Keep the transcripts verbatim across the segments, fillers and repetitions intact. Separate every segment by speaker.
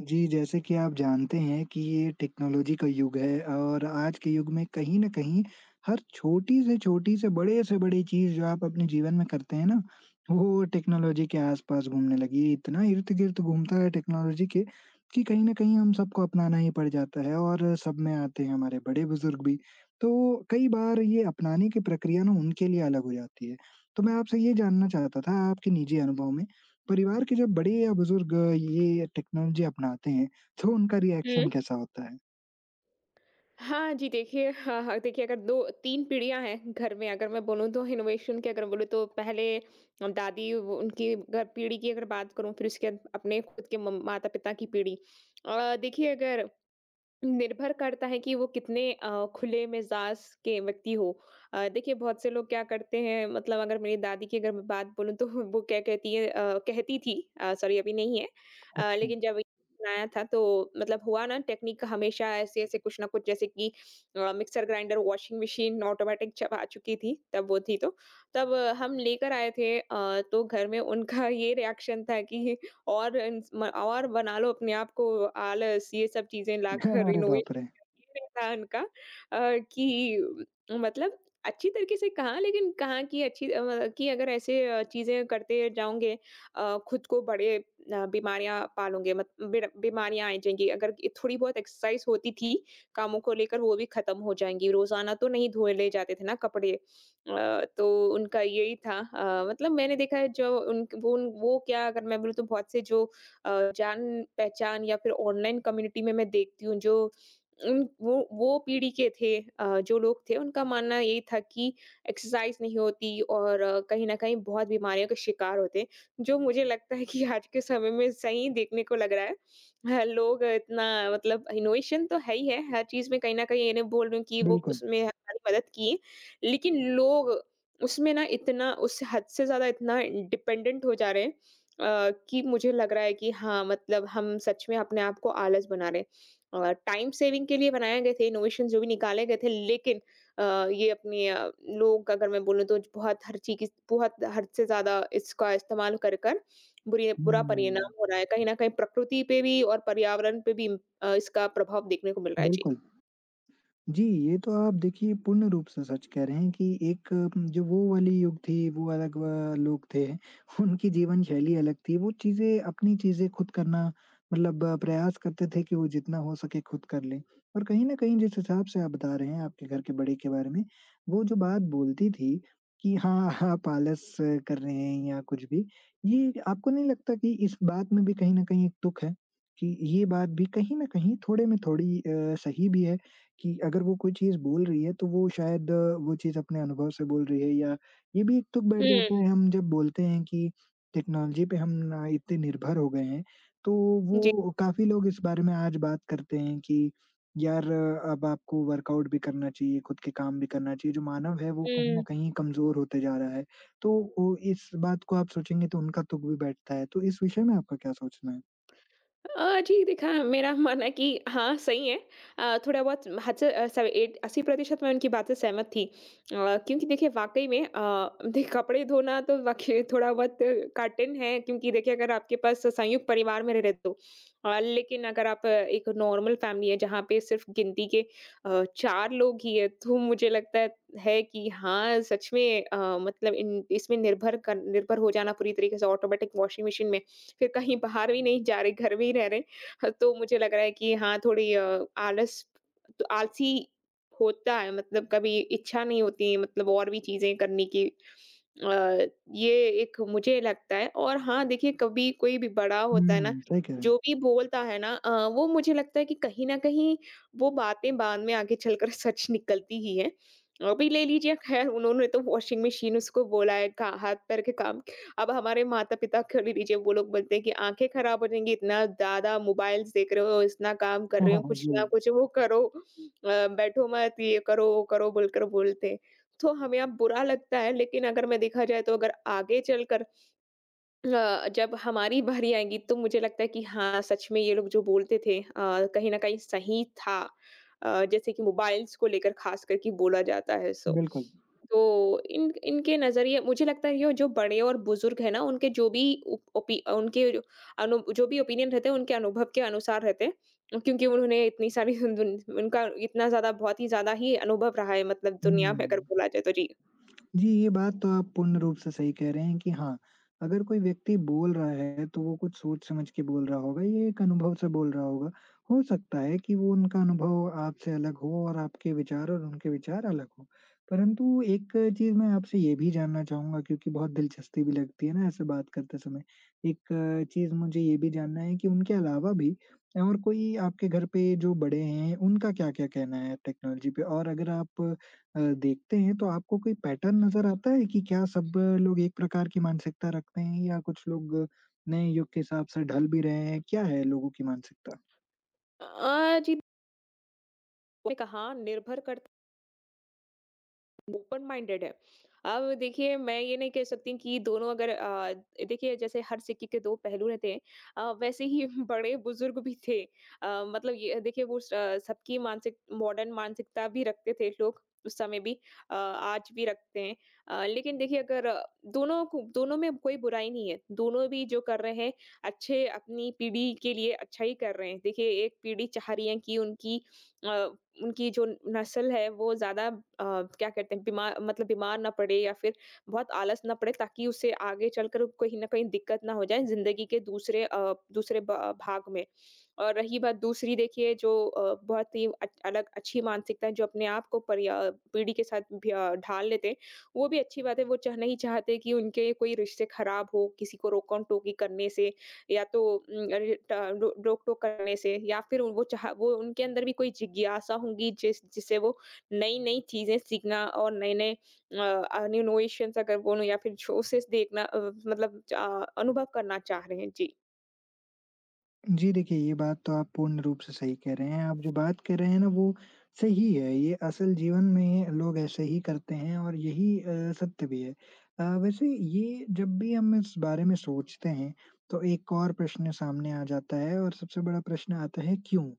Speaker 1: जी, जैसे कि आप जानते हैं कि ये टेक्नोलॉजी का युग है और आज के युग में कहीं न कहीं हर छोटी से छोटी से बड़े से बड़ी चीज़ जो आप अपने जीवन में करते हैं ना, वो टेक्नोलॉजी के आस-पास घूमने लगी है। इतना इर्द-गिर्द घूमता है टेक्नोलॉजी के कि कहीं न कहीं हम सबको अपनाना ही पड़ जाता है और सब में आते हैं हमारे बड़े-बुज़ुर्ग भी। तो कई बार ये अपनाने की प्रक्रिया ना उनके लिए अलग हो जाती है। तो मैं आपसे ये जानना चाहता था आपके निजी अनुभव में परिवार के जब बड़े या बुजुर्ग ये टेक्नोलॉजी अपनाते हैं, तो उनका
Speaker 2: हुँ।
Speaker 1: रिएक्शन कैसा होता है?
Speaker 2: हाँ जी, देखिए, हाँ, हाँ, देखिए अगर दो तीन पीढ़ियाँ हैं घर में, अगर मैं बोलूँ तो इनोवेशन की अगर बोलूँ तो पहले हम दादी वो उनकी अगर पीढ़ी की अगर बात करूँ, फिर उसके बाद अपने खुद के म माता-पिता की पीढ़ी। अ, देखिए अगर निर्भर करता है कि वो कितने अ, खुले मिज़ाज के व्यक्ति हो। अ, देखिए बहुत से लोग क्या करते हैं, मतलब अगर मेरी दादी की अगर मैं बात बोलूँ तो वो क्या कहती है, अ, कहती थी अ, सॉरी, अभी नहीं है। अ,
Speaker 1: अच्छा।
Speaker 2: लेकिन जब ये आया था तो मतलब हुआ ना, टेक्नीक हमेशा ऐसे-ऐसे कुछ ना कुछ, जैसे कि अ, mixer grinder, washing machine automatic जब आ चुकी थी तब वो थी तो, तब अ, हम लेकर आए थे। अ, तो घर में उनका ये रिएक्शन था कि और इंस म और बना लो अपने आप को आलस, ये सब चीज़ें लाकर
Speaker 1: अरे
Speaker 2: रिनोवेशन,
Speaker 1: बाप रे!
Speaker 2: ये इंसान का, अ, कि मतलब अच्छी तरीके से कहाँ, लेकिन कहाँ की अच्छी, अ, म कि अगर ऐसे अ, चीज़ें करते जाओगे, अ, खुद को बड़े अ, बीमारियाँ पालोगे, मत बिड़ बीमारियाँ आ जाएँगी। अगर ये थोड़ी बहुत एक्सरसाइज़ होती थी कामों को लेकर, वो भी खत्म हो जाएँगी। रोज़ाना तो नहीं धोए ले जाते थे ना कपड़े। अ, तो उनका यही था। अ, मतलब मैंने देखा है जो उन वो उन वो क्या अगर मैं बोलूँ तो बहुत से जो अ, जान-पहचान या फिर ऑनलाइन कम्युनिटी में मैं देखती हूँ, जो उन वो वो पीढ़ी के थे, अ, जो लोग थे उनका मानना यही था कि एक्सरसाइज़ नहीं होती और अ, कहीं न कहीं बहुत बीमारियों के शिकार होते, जो मुझे लगता है कि आज के समय में सही देखने को लग रहा है। ह लोग इतना मतलब इनोवेशन तो है ही है हर चीज़ में, कहीं न कहीं ये नहीं बोल रही हूँ कि वो
Speaker 1: बिल्कुल।
Speaker 2: उसमें हमारी मदद किए, लेकिन लोग उसमें ना इतना उस हद से ज़्यादा इतना डिपेंडेंट हो जा रहे हैं अ, कि मुझे लग रहा है कि हाँ, मतलब हम सच में अपने आप को आलस बना रहे हैं। टाइम सेविंग के लिए बनाए गए थे इनोवेशन, जो भी निकाले गए थे, लेकिन अ, ये अपने अ, लोग अगर मैं बोलूँ तो बहुत, हर चीज़ बहुत हद से ज़्यादा इसका इस्तेमाल कर कर बुरी बुरा
Speaker 1: हुँ,
Speaker 2: परिणाम हो रहा है। कहीं न कहीं प्रकृति पे भी और पर्यावरण पे भी अ, इसका प्रभाव देखने को मिल रहा है। जी।
Speaker 1: बिल्कुल। जी, ये तो आप देखिए पूर्ण रूप से सच कह रहे हैं कि एक अम, जो वो वाली युग थी, वो अलग व लोग थे, उनकी जीवन शैली अलग थी। वो चीज़ें अपनी चीज़ें खुद करना मतलब अ, प्रयास करते थे कि वो जितना हो सके खुद कर लें। और कहीं न कहीं जिस हिसाब से आप बता रहे हैं आपके घर के बड़े के बारे में, वो जो बात बोलती थी कि हाँ, आप आलस अ, कर रहे हैं या कुछ भी, ये आपको नहीं लगता कि इस बात में भी कहीं न कहीं एक तुक है? कि ये बात भी कहीं न कहीं थोड़े में थोड़ी अ, सही भी है कि अगर वो कोई चीज़ बोल रही है तो वो शायद अ, वो चीज़ अपने अनुभव से बोल रही है या ये भी एक तुक बैठ जाता
Speaker 2: हुँ।
Speaker 1: है हम जब बोलते हैं कि टेक्नोलॉजी पे हम ना इतने निर्भर हो गए हैं, तो
Speaker 2: जी।
Speaker 1: वो काफ़ी लोग इस बारे में आज बात करते हैं कि यार अ, अब आपको वर्कआउट भी करना चाहिए, खुद के काम भी करना चाहिए, जो मानव है वो कहीं
Speaker 2: हुँ।
Speaker 1: न कहीं कमज़ोर होते जा रहा है। तो वो इस बात को आप सोचेंगे तो उनका तुक भी बैठता है, तो इस विषय में आपका क्या सोचना है?
Speaker 2: अ, जी, देखा मेरा मानना है कि हाँ, सही है। अ, थोड़ा बहुत हद से अ, सव एट अस्सी प्रतिशत मैं उनकी बात से सहमत थी। अ, क्योंकि देखिए वाक़ई में, अ, देखिए कपड़े धोना तो वाक़ई थोड़ा बहुत कठिन है, क्योंकि देखिए अगर आपके पास संयुक्त परिवार में रह रहे तो। अ, लेकिन अगर आप अ, एक नॉर्मल फैमिली है जहाँ पे सिर्फ़ गिनती के अ, चार लोग ही हैं, तो मुझे लगता है है कि हाँ, सच में, अ, मतलब इन इसमें निर्भर कर निर्भर हो जाना पूरी तरीके से ऑटोमेटिक वॉशिंग मशीन में, फिर कहीं बाहर भी नहीं जा रहे, घर में ही रह रहे। ह तो मुझे लग रहा है कि हाँ, थोड़ी अ, आलस तो आलसी होता है, मतलब कभी इच्छा नहीं होती मतलब और भी चीज़ें करने की। अ, ये एक मुझे लगता है। और हाँ, देखिए कभी कोई भी बड़ा होता है ना,
Speaker 1: हुँ, सही कह रहे हैं।
Speaker 2: जो भी बोलता है ना, अ, वो मुझे लगता है कि कहीं न कहीं वो बातें बाद में आगे चलकर सच निकलती ही हैं। अभी ले लीजिए, खैर उन्होंने तो वॉशिंग मशीन उसको बोला है का हाथ पैर के काम। अब हमारे माता-पिता को ले लीजिए, वो लोग बोलते हैं कि आँखें ख़राब हो जाएँगी, इतना ज़्यादा मोबाइल्स देख रहे हो, इतना काम कर
Speaker 1: हाँ,
Speaker 2: रहे
Speaker 1: हाँ,
Speaker 2: हो,
Speaker 1: हाँ,
Speaker 2: कुछ
Speaker 1: जी,
Speaker 2: ना कुछ वो करो, अ, बैठो मत, ये करो, वो करो बोलकर बोलते हैं। तो हमें अब बुरा लगता है, लेकिन अगर मैं देखा जाए तो अगर आगे चलकर अ, जब हमारी बारी आएगी तो मुझे लगता है कि हाँ, सच में ये लोग जो बोलते थे अ, कहीं न कहीं सही था। अ, जैसे कि मोबाइल्स को लेकर ख़ास करके बोला जाता है सो।
Speaker 1: बिल्कुल।
Speaker 2: तो इन इनके नज़रिए, मुझे लगता है ये जो बड़े और बुज़ुर्ग हैं ना, उनके जो भी उप ओपि उनके जो अनु जो भी ओपिनियन रहते हैं, उनके अनुभव के अनुसार रहते हैं। क्योंकि उन्होंने इतनी सारी उन दुन उनका इतना ज़्यादा, बहुत ही ज़्यादा ही अनुभव रहा है, मतलब दुनिया में अगर
Speaker 1: हुँ।
Speaker 2: बोला जाए तो। जी।
Speaker 1: जी, ये बात तो आप पूर्ण रूप से सही कह रहे हैं कि हाँ, अगर कोई व्यक्ति बोल रहा है तो वो कुछ सोच-समझ के बोल रहा होगा, ये एक अनुभव से बोल रहा होगा। हो सकता है कि वो उनका अनुभव आपसे अलग हो और आपके विचार और उनके विचार अलग हों। परंतु एक चीज़ मैं आपसे ये भी जानना चाहूँगा क्योंकि बहुत दिलचस्पी भी लगती है ना ऐसे बात करते समय। एक चीज़ मुझे ये भी जानना है कि उनके अलावा भी और कोई आपके घर पे जो बड़े हैं, उनका क्या-क्या कहना है टेक्नोलॉजी पे? और अगर आप अ, देखते हैं तो आपको कोई पैटर्न नज़र आता है कि क्या सब लोग एक प्रकार की मानसिकता रखते हैं या कुछ लोग नए युग के हिसाब से ढल भी रहे हैं? क्या है लोगों की मानसिकता?
Speaker 2: अ, जी, आपने कहा निर्भर करता, ओपन माइंडेड है। अब देखिए मैं ये नहीं कह सकती कि दोनों अगर, अ, देखिए जैसे हर सिक्के के दो पहलू रहते हैं, अ, वैसे ही बड़े-बुजुर्ग भी थे। अ, मतलब ये देखिए वो स अ, सबकी मानसिक मॉडर्न मानसिकता भी रखते थे लोग उस समय भी, अ, आज भी रखते हैं। अ, लेकिन देखिए अगर अ, दोनों को दोनों में कोई बुराई नहीं है। दोनों भी जो कर रहे हैं अच्छे अपनी पीढ़ी के लिए अच्छा ही कर रहे हैं। देखिए एक पीढ़ी चाह रही है कि उनकी अ, उनकी जो नस्ल है वो ज़्यादा अ, क्या कहते हैं, बीमार, मतलब बीमार ना पड़े या फिर बहुत आलस ना पड़े, ताकि उसे आगे चलकर कहीं न कहीं दिक्कत ना हो जाए ज़िंदगी के दूसरे अ, दूसरे ब भाग में। और रही बात दूसरी, देखिए जो अ, बहुत ही अ, अलग अच्छी मानसिकता है, जो अपने आप को पर्या पीढ़ी के साथ भी अ, ढाल लेते हैं, वो भी अच्छी बात है। वो चाह नहीं चाहते कि उनके कोई रिश्ते खराब हो, किसी को रोकन-टोकी करने से, या तो उम, अरे ट रो रोक-टोक करने से या फिर वो चाह वो उनके अंदर भी कोई जिज्ञासा होंगी, जिस जिससे वो नई-नई चीज़ें सीखना और नए-नए अ अ, इनोवेशंस अगर बोलूँ या फिर शोसेस देखना, अ, मतलब च अ, अनुभव करना चाह रहे हैं। जी।
Speaker 1: जी देखिए, ये बात तो आप पूर्ण रूप से सही कह रहे हैं। आप जो बात कर रहे हैं ना वो सही है। ये असल जीवन में लोग ऐसे ही करते हैं और यही अ, सत्य भी है। अ, वैसे ये जब भी हम इस बारे में सोचते हैं तो एक और प्रश्न सामने आ जाता है और सबसे बड़ा प्रश्न आता है क्यों?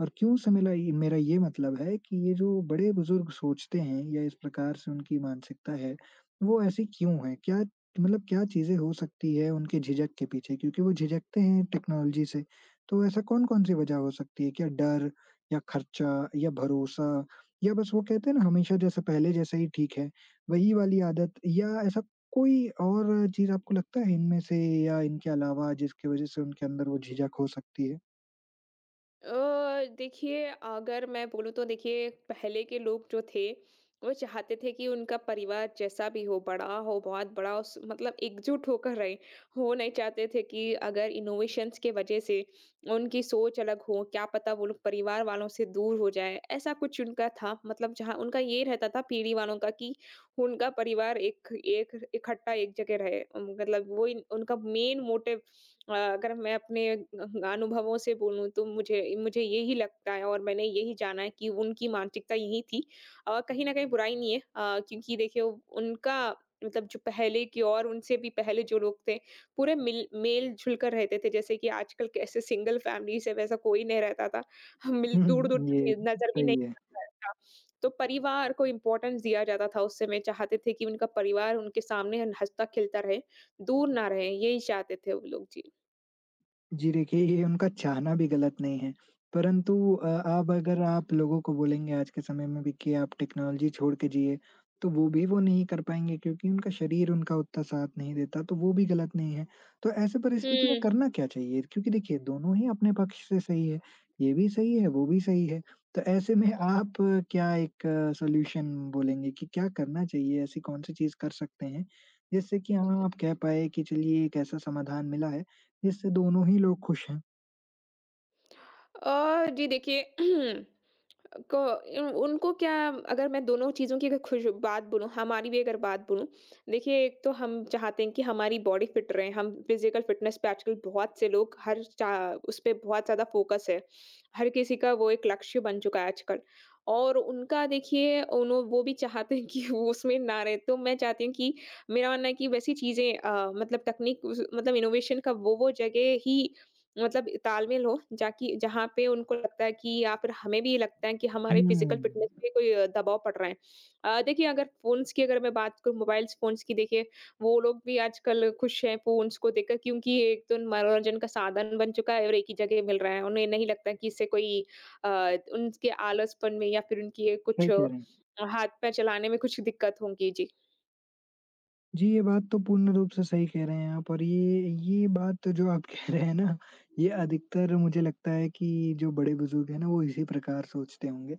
Speaker 1: और क्यों से मिला ये मेरा ये मतलब है कि ये जो बड़े-बुजुर्ग सोचते हैं या इस प्रकार से उनकी मानसिकता है, वो ऐसी क्यों है? क्या मतलब क्या चीज़ें हो सकती है उनके झिझक के पीछे? क्योंकि वो झिझकते हैं टेक्नोलॉजी से। तो ऐसा कौन-कौन सी वजह हो सकती है? क्या डर या खर्चा या भरोसा या बस वो कहते हैं ना हमेशा जैसे पहले जैसा ही ठीक है, वही वाली आदत या ऐसा कोई और चीज़ आपको लगता है इनमें से या इनके अलावा जिसकी वजह से उनके अंदर वो झिझक हो सकती है?
Speaker 2: अ, देखिए अगर मैं बोलूँ तो, देखिए पहले के लोग जो थे, वो चाहते थे कि उनका परिवार जैसा भी हो, बड़ा हो, बहुत बड़ा हो, स मतलब एकजुट होकर रहे। वो नहीं चाहते थे कि अगर इनोवेशंस के वजह से उनकी सोच अलग हो, क्या पता वो लोग परिवार वालों से दूर हो जाए, ऐसा कुछ उनका था। मतलब जहाँ उनका ये रहता था पीढ़ी वालों का कि उनका परिवार एक एक इकट्ठा एक जगह रहे। अम, मतलब वो इन उनका मेन मोटिव, अ, अगर मैं अपने अनुभवों से बोलूँ तो मुझे मुझे यही लगता है और मैंने यही जाना है कि उनकी मानसिकता यही थी। अ, कहीं न कहीं बुराई नहीं है, अ, क्योंकि देखिए वो- उनका मतलब जो पहले की और उनसे भी पहले जो लोग थे, पूरे मिल मिल-जुल कर रहते थे। जैसे कि आजकल कैसे सिंगल फैमिलीज़ है, वैसा कोई नहीं रहता था। हम मिल
Speaker 1: हुँ,
Speaker 2: दूर-दूर
Speaker 1: हुँ,
Speaker 2: तक
Speaker 1: ये
Speaker 2: नज़र भी नहीं
Speaker 1: सही है।
Speaker 2: आता था। तो परिवार को इम्पोर्टेंस दिया जाता था उस समय, चाहते थे कि उनका परिवार उनके सामने हँसता-खेलता रहे, दूर ना रहे, यही चाहते थे वो लोग। जी।
Speaker 1: जी देखिए, ये उनका चाहना भी गलत नहीं है, परंतु अ, अब अगर आप लोगों को बोलेंगे आज के समय में भी कि आप टेक्नोलॉज़ी छोड़ के जिए, तो वो भी वो नहीं कर पाएँगे क्योंकि उनका शरीर उनका उतना साथ नहीं देता, तो वो भी गलत नहीं है। तो ऐसे परिस्थिति में
Speaker 2: हुँ।
Speaker 1: करना क्या चाहिए? क्योंकि देखिए, दोनों ही अपने पक्ष से सही है, ये भी सही है, वो भी सही है। तो ऐसे में आप अ, क्या एक सॉल्यूशन बोलेंगे कि क्या करना चाहिए? ऐसी कौन-सी चीज़ कर सकते हैं, जिससे कि हाँ, आप कह पाएँ कि चलिए एक ऐसा समाधान मिला है इससे दोनों ही लोग खुश हैं।
Speaker 2: अ, जी देखिए, को इन उनको क्या अगर मैं दोनों चीज़ों की अगर खुश बात बोलूँ, हमारी भी अगर बात बोलूँ, देखिए एक तो हम चाहते हैं कि हमारी बॉडी फिट रहे, हम फिज़िकल फिटनेस पे आजकल बहुत से लोग हर चा उस पे बहुत ज़्यादा फ़ोकस है। हर किसी का वो एक लक्ष्य बन चुका है आजकल, और उनका देखिए उन्हों वो भी चाहते हैं कि वो उसमें ना रहे, तो मैं चाहती हूँ कि, मेरा मानना है कि वैसी चीज़ें, अ, मतलब तकनीक उस मतलब इनोवेशन का वो वो जगह ही, मतलब तालमेल हो जाकि जहाँ पे उनको लगता है कि या फिर हमें भी ये लगता है कि हमारे फिजिकल
Speaker 1: हुँ,
Speaker 2: फिटनेस पे कोई अ, दबाव पड़ रहा है। अ, देखिए अगर फ़ोन्स की अगर मैं बात करूँ, मोबाइल्स फ़ोन्स की, देखिए वो लोग भी आजकल खुश हैं फ़ोन्स को देखकर, क्योंकि ये एक तो मनोरंजन का साधन बन चुका है और एक ही जगह मिल रहा है। उन्हें नहीं लगता कि इससे कोई अ, उनके आलसपन में या फिर उनकी ये कुछ
Speaker 1: सही
Speaker 2: अ,
Speaker 1: कह रहे हैं।
Speaker 2: हाथ-पैर चलाने में कुछ दिक्कत होंगी। जी।
Speaker 1: जी, ये बात तो पूर्ण रूप से सही कह रहे हैं आप और ये ये बात जो आप कह रहे हैं ना, ये अधिकतर मुझे लगता है कि जो बड़े-बुज़ुर्ग हैं ना, वो इसी प्रकार सोचते होंगे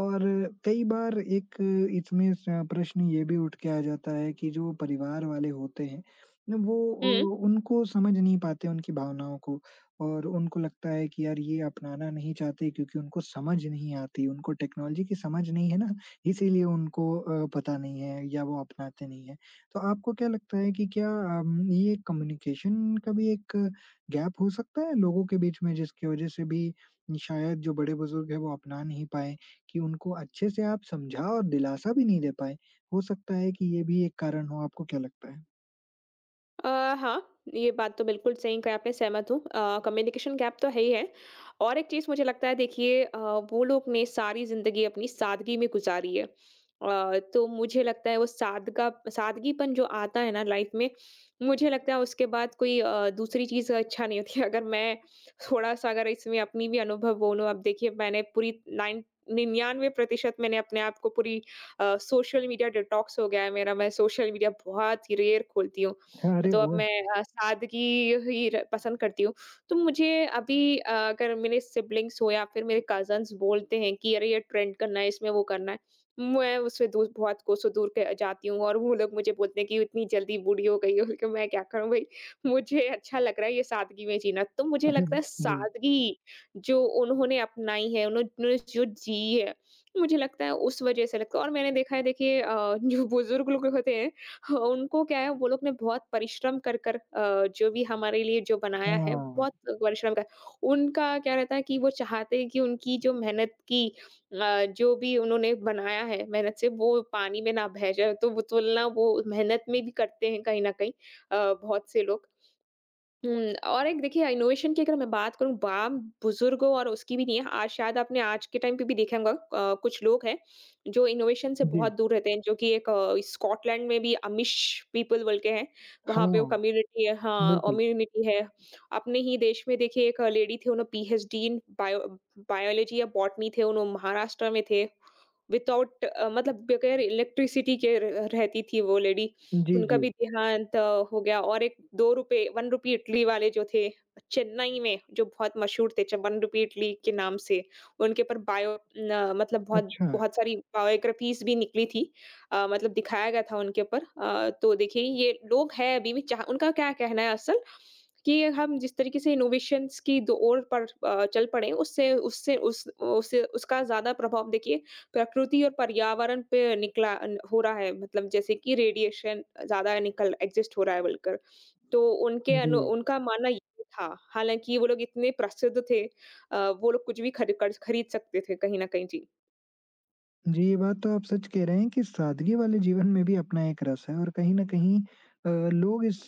Speaker 1: और कई बार एक इसमें स प्रश्न ये भी उठ के आ जाता है कि जो परिवार वाले होते हैं ना, वो
Speaker 2: हुँ।
Speaker 1: अ, उनको समझ नहीं पाते उनकी भावनाओं को और उनको लगता है कि यार ये अपनाना नहीं चाहते क्योंकि उनको समझ नहीं आती, उनको टेक्नोलॉजी की समझ नहीं है ना, इसीलिए उनको अ, पता नहीं है या वो अपनाते नहीं हैं। तो आपको क्या लगता है कि क्या अम, ये कम्युनिकेशन का भी एक गैप हो सकता है लोगों के बीच में जिसकी वजह से भी शायद जो बड़े-बुजुर्ग हैं वो अपना नहीं पाएँ कि उनको अच्छे से आप समझा और दिलासा भी नहीं दे पाएँ? हो सकता है कि ये भी एक कारण हो, आपको क्या लगता है?
Speaker 2: अ, हाँ, ये बात तो बिल्कुल सही कही आपने, सहमत हूँ। अ, कम्युनिकेशन गैप तो है ही है। और एक चीज़ मुझे लगता है, देखिए अ, वो लोग ने सारी ज़िंदगी अपनी सादगी में गुज़ारी है। अ, तो मुझे लगता है वो सादगा सादगीपन जो आता है ना लाइफ़ में, मुझे लगता है उसके बाद कोई अ, दूसरी चीज़ अच्छा नहीं होती है। अगर मैं थोड़ा-सा अगर इसमें अपनी भी अनुभव बोलूँ, अब देखिए मैंने पूरी नाइन निन्यानवे प्रतिशत मैंने अपने आप को पूरी अ, सोशल मीडिया डिटॉक्स हो गया है मेरा। मैं सोशल मीडिया बहुत ही रेयर खोलती हूँ।
Speaker 1: अरे
Speaker 2: तो अब
Speaker 1: वाह!
Speaker 2: मैं अ, सादगी ही र पसंद करती हूँ। तो मुझे अभी अ, अगर मेरे सिब्लिंग्स हो या फिर मेरे कज़न्स बोलते हैं कि अरे, ये ट्रेंड करना है, इसमें वो करना है, मैं उससे दूर, बहुत कोसों दूर क जाती हूँ, और वो लोग मुझे बोलते हैं कि इतनी जल्दी बूढ़ी हो गई हो, कि मैं क्या करूँ भई? मुझे अच्छा लग रहा है ये सादगी में जीना। तो मुझे लगता है
Speaker 1: जी,
Speaker 2: सादगी जो उन्होंने अपनाई है, उन्होंने जो जी है, मुझे लगता है उस वज़ह से लगता है। और मैंने देखा है, देखिए अ, जो बुज़ुर्ग लोग होते हैं ह उनको क्या है, वो लोग ने बहुत परिश्रम कर कर अ, जो भी हमारे लिए जो बनाया है
Speaker 1: हाँ,
Speaker 2: बहुत परिश्रम का, उनका क्या रहता है कि वो चाहते हैं कि उनकी जो मेहनत की अ, जो भी उन्होंने बनाया है मेहनत से, वो पानी में ना बह जाए, तो वो तुलना वो मेहनत में भी करते हैं कहीं न कहीं अ, बहुत से लोग। हुँ, और एक देखिए इनोवेशन की अगर मैं बात करूँ बाम बुज़ुर्गों और उसकी भी नहीं है, आज शायद आपने आज के टाइम पे भी देखा होगा, अ, कुछ लोग हैं जो इनोवेशन से बहुत
Speaker 1: जी,
Speaker 2: दूर रहते हैं, जो कि एक अ, स्कॉटलैंड में भी अमिश पीपल बोल के हैं, वहाँ पे वो
Speaker 1: हाँ,
Speaker 2: कम्युनिटी है, हाँ,
Speaker 1: बिल्कुल।
Speaker 2: कम्युनिटी है। अपने ही देश में देखिए एक लेडी थी, उन्होंने पीएचडी इन बायो बायोलॉजी या बॉटनी थे, उन्होंने महाराष्ट्र में थे। विथआउट अ, मतलब बगैर इलेक्ट्रिसिटी के र रहती थी वो लेडी।
Speaker 1: जी,
Speaker 2: उनका
Speaker 1: जी।
Speaker 2: भी देहांत अ, हो गया। और एक दो रुपए एक रुपी इडली वाले जो थे, चेन्नई में जो बहुत मशहूर थे च एक रुपी इडली के नाम से। उनके ऊपर बायो न मतलब बहुत
Speaker 1: अच्छा,
Speaker 2: बहुत सारी बायोग्राफ़ीज़ भी निकली थी। अ, मतलब दिखाया गया था उनके ऊपर। अ, तो देखिए ये लोग हैं अभी भी, जहाँ उनका क्या कहना है असल, कि हम जिस तरीके से इनोवेशंस की दो ओर पर अ, चल पड़े, उससे उससे उस उससे उसका ज़्यादा प्रभाव देखिए प्रकृति और पर्यावरण पे निकला अन हो रहा है, मतलब जैसे कि रेडिएशन ज़्यादा निकल एग्ज़िस्ट हो रहा है बोलकर। तो उनके अनु
Speaker 1: जी।
Speaker 2: उनका मानना ये था। हालाँकि वो लोग इतने प्रसिद्ध थे, अ, वो लोग कुछ भी खर कर खरीद सकते थे कहीं न कहीं। जी।
Speaker 1: जी, ये बात तो आप सच कह रहे हैं कि सादगी वाले जीवन में भी अपना एक रस है और कहीं न कहीं अ, लोग इस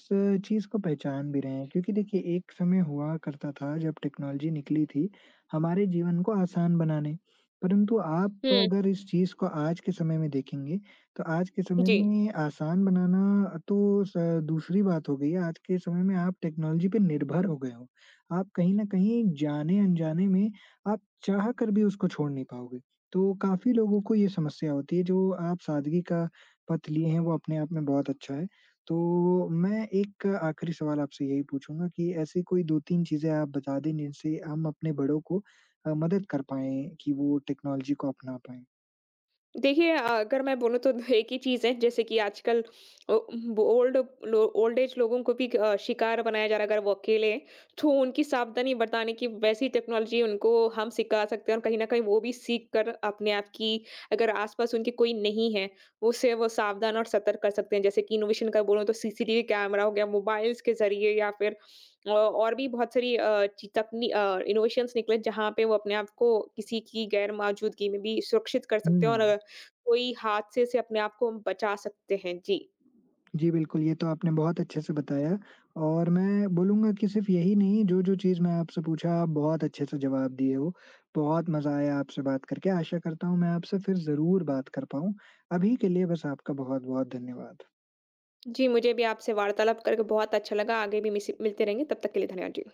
Speaker 1: चीज़ को पहचान भी रहे हैं क्योंकि देखिए एक समय हुआ करता था जब टेक्नोलॉजी निकली थी हमारे जीवन को आसान बनाने। परंतु आप
Speaker 2: हुँ,
Speaker 1: अगर इस चीज़ को आज के समय में देखेंगे, तो आज के समय
Speaker 2: जी।
Speaker 1: में आसान बनाना तो स दूसरी बात हो गई है, आज के समय में आप टेक्नोलॉजी पे निर्भर हो गए हो। आप कहीं न कहीं जाने-अनजाने में आप चाह कर भी उसको छोड़ नहीं पाओगे। तो काफ़ी लोगों को ये समस्या होती है, जो आप सादगी का पथ लिए हैं, वो अपने आप में बहुत अच्छा है। तो मैं एक आखिरी सवाल आपसे यही पूछूँगा कि ऐसी कोई दो तीन चीज़ें आप बता दें, जिनसे हम अपने बड़ों को अ, मदद कर पाएँ कि वो टेक्नोलॉजी को अपना पाएँ?
Speaker 2: देखिए अगर मैं बोलूँ तो एक ही चीज़ है, जैसे कि आजकल ओ- ओल्ड लो, ओल्ड एज लोगों को भी अ, शिकार बनाया जा रहा है अगर वो अकेले हैं, तो उनकी सावधानी बरताने की वैसी टेक्नोलॉजी उनको हम सिखा सकते हैं, और कहीं ना कहीं वो भी सीख कर अपने आप की, अगर आसपास उनके कोई नहीं है, उसे वो सावधान और सतर्क कर सकते हैं। जैसे कि इनोवेशन का बोलूँ तो सीसीटीवी कैमरा हो गया मोबाइल्स के जरिए, या फिर अ, और भी बहुत सारी अ, ची- तकनी इनोवेशंस निकले जहाँ पे वो अपने आप को किसी की गैर मौजूदगी में भी सुरक्षित कर सकते हैं, और
Speaker 1: हुँ।
Speaker 2: अ, कोई हादसे से अपने आप को हम बचा सकते हैं। जी।
Speaker 1: जी, बिल्कुल, ये तो आपने बहुत अच्छे से बताया और मैं बोलूँगा कि सिर्फ़ यही नहीं, जो-जो चीज़ मैं आपसे पूछा, आप बहुत अच्छे से जवाब दिए हो। बहुत मज़ा आया आपसे बात करके। आशा करता हूँ, मैं आपसे फिर ज़रूर बात कर पाऊँ। अभी के लिए बस आपका बहुत-बहुत धन्यवाद।
Speaker 2: जी, मुझे भी आपसे वार्तालाप करके बहुत अच्छा लगा। आगे भी मिसी मिलते रहेंगे, तब तक के लिए धन्यवाद। जी।